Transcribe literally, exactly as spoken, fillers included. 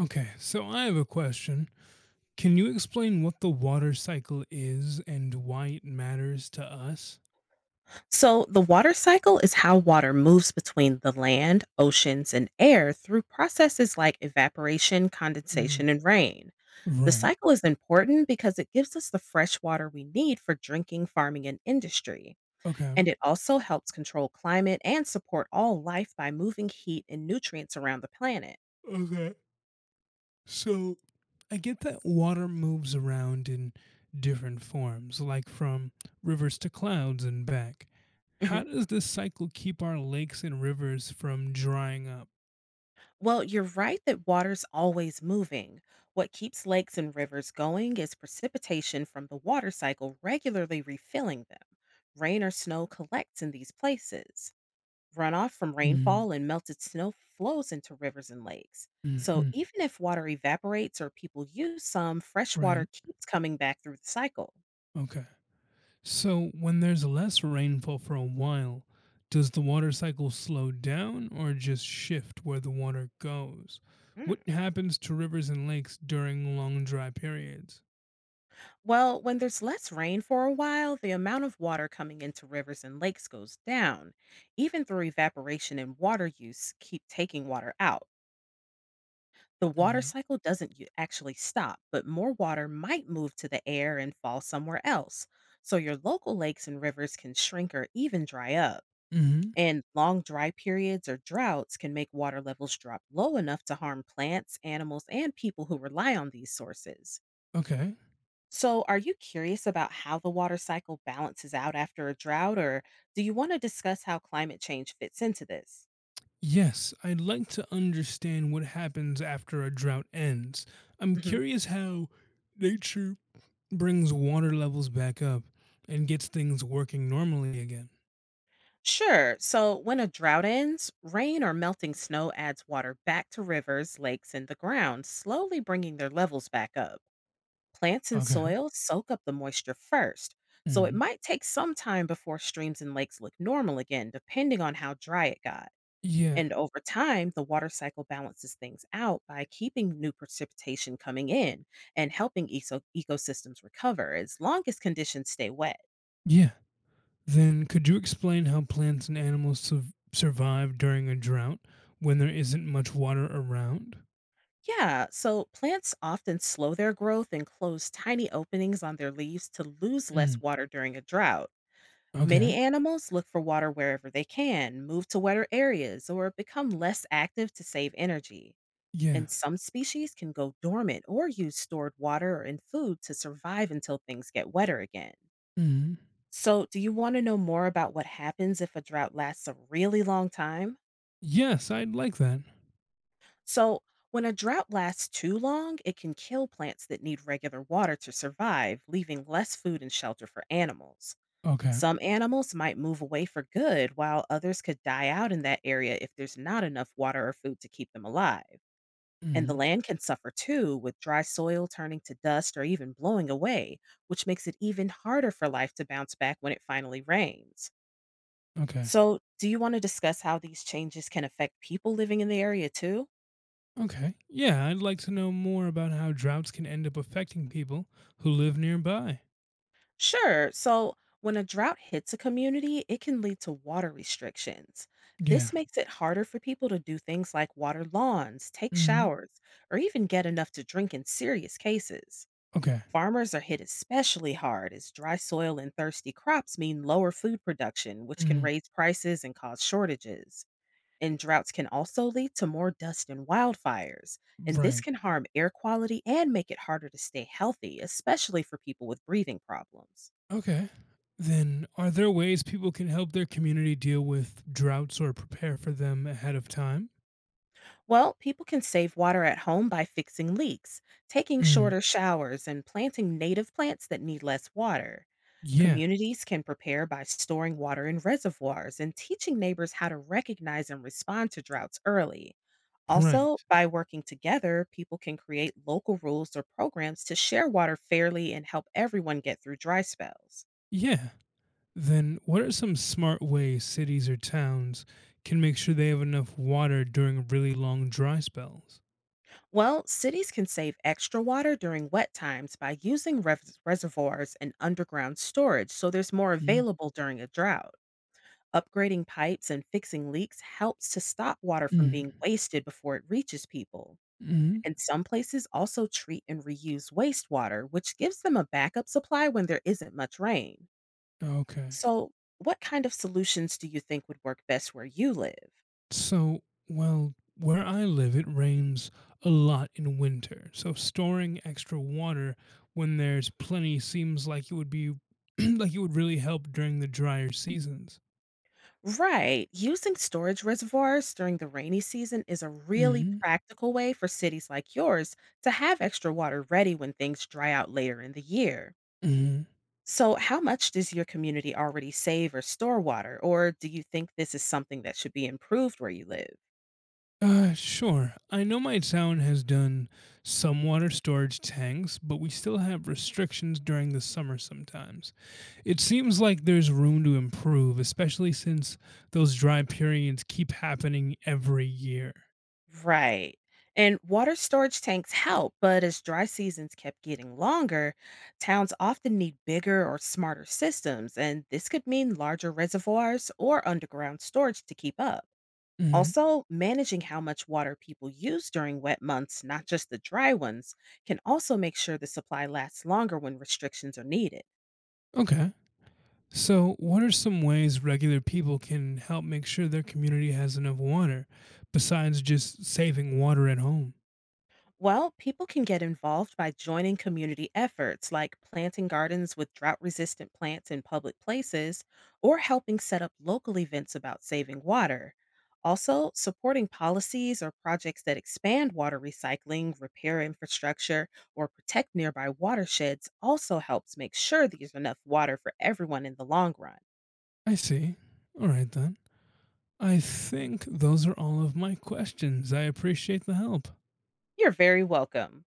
Okay, so I have a question. Can you explain what the water cycle is and why it matters to us? So, the water cycle is how water moves between the land, oceans, and air through processes like evaporation, Mm, condensation, and rain. The right. cycle is important because it gives us the fresh water we need for drinking, farming, and industry. Okay. And it also helps control climate and support all life by moving heat and nutrients around the planet. Okay. So I get that water moves around in different forms, like from rivers to clouds and back. How Mhm. does this cycle keep our lakes and rivers from drying up? Well, you're right that water's always moving. What keeps lakes and rivers going is precipitation from the water cycle regularly refilling them. Rain or snow collects in these places. Runoff from rainfall and melted snow flows into rivers and lakes. So Mm-hmm. even if water evaporates or people use some, fresh water Right. keeps coming back through the cycle. Okay. So, when there's less rainfall for a while, does the water cycle slow down or just shift where the water goes? Hmm. What happens to rivers and lakes during long dry periods? Well, when there's less rain for a while, the amount of water coming into rivers and lakes goes down. Even through evaporation and water use, keep taking water out. The water cycle doesn't u- actually stop, but more water might move to the air and fall somewhere else. So your local lakes and rivers can shrink or even dry up. Mm-hmm. And long dry periods or droughts can make water levels drop low enough to harm plants, animals, and people who rely on these sources. Okay. So, are you curious about how the water cycle balances out after a drought, or do you want to discuss how climate change fits into this? Yes, I'd like to understand what happens after a drought ends. I'm hmm curious how nature brings water levels back up and gets things working normally again. Sure. So, when a drought ends, rain or melting snow adds water back to rivers, lakes, and the ground, slowly bringing their levels back up. Plants and Okay. soil soak up the moisture first, so it Mhm. might take some time before streams and lakes look normal again, depending on how dry it got. Yeah. And over time, the water cycle balances things out by keeping new precipitation coming in and helping eco- ecosystems recover as long as conditions stay wet. Yeah. Then, could you explain how plants and animals su- survive during a drought when there isn't much water around? Yeah, so plants often slow their growth and close tiny openings on their leaves to lose less Mm. water during a drought. Many Okay. animals look for water wherever they can, move to wetter areas, or become less active to save energy. Yeah. And some species can go dormant or use stored water and food to survive until things get wetter again. Mm. So, do you want to know more about what happens if a drought lasts a really long time? Yes, I'd like that. So, when a drought lasts too long, it can kill plants that need regular water to survive, leaving less food and shelter for animals. Okay. Some animals might move away for good, while others could die out in that area if there's not enough water or food to keep them alive. And the Mm. land can suffer too, with dry soil turning to dust or even blowing away, which makes it even harder for life to bounce back when it finally rains. Okay. So, do you want to discuss how these changes can affect people living in the area too? Okay. Yeah, I'd like to know more about how droughts can end up affecting people who live nearby. Sure. So, when a drought hits a community, it can lead to water restrictions. Yeah. This makes it harder for people to do things like water lawns, take Mm. showers, or even get enough to drink in serious cases. Okay. Farmers are hit especially hard as dry soil and thirsty crops mean lower food production, which can Mm. raise prices and cause shortages. And droughts can also lead to more dust and wildfires. And this Right. can harm air quality and make it harder to stay healthy, especially for people with breathing problems. Okay. Then, are there ways people can help their community deal with droughts or prepare for them ahead of time? Well, people can save water at home by fixing leaks, taking Mm. shorter showers, and planting native plants that need less water. Yeah. Communities can prepare by storing water in reservoirs and teaching neighbors how to recognize and respond to droughts early. Also, Right. by working together, people can create local rules or programs to share water fairly and help everyone get through dry spells. Yeah. Then what are some smart ways cities or towns can make sure they have enough water during really long dry spells? Well, cities can save extra water during wet times by using res- reservoirs and underground storage so there's more Mm. available during a drought. Upgrading pipes and fixing leaks helps to stop water from Mm. being wasted before it reaches people. Mm. And some places also treat and reuse wastewater, which gives them a backup supply when there isn't much rain. Okay. So, what kind of solutions do you think would work best where you live? So, well, where I live, it rains a lot in winter. So storing extra water when there's plenty seems like it would be like it would really help during the drier seasons. Right. Using storage reservoirs during the rainy season is a really Mm. practical way for cities like yours to have extra water ready when things dry out later in the year. So, how much does your community already save or store water, or do you think this is something that should be improved where you live? Uh, sure. I know my town has done some water storage tanks, but we still have restrictions during the summer sometimes. It seems like there's room to improve, especially since those dry periods keep happening every year. Right. And water storage tanks help, but as dry seasons kept getting longer, towns often need bigger or smarter systems, and this could mean larger reservoirs or underground storage to keep up. Hmm. Also, managing how much water people use during wet months, not just the dry ones, can also make sure the supply lasts longer when restrictions are needed. Okay. So, what are some ways regular people can help make sure their community has enough water, besides just saving water at home? Well, people can get involved by joining community efforts like planting gardens with drought resistant plants in public places or helping set up local events about saving water. Also, supporting policies or projects that expand water recycling, repair infrastructure, or protect nearby watersheds also helps make sure there's enough water for everyone in the long run. I see. All right then. I think those are all of my questions. I appreciate the help. You're very welcome.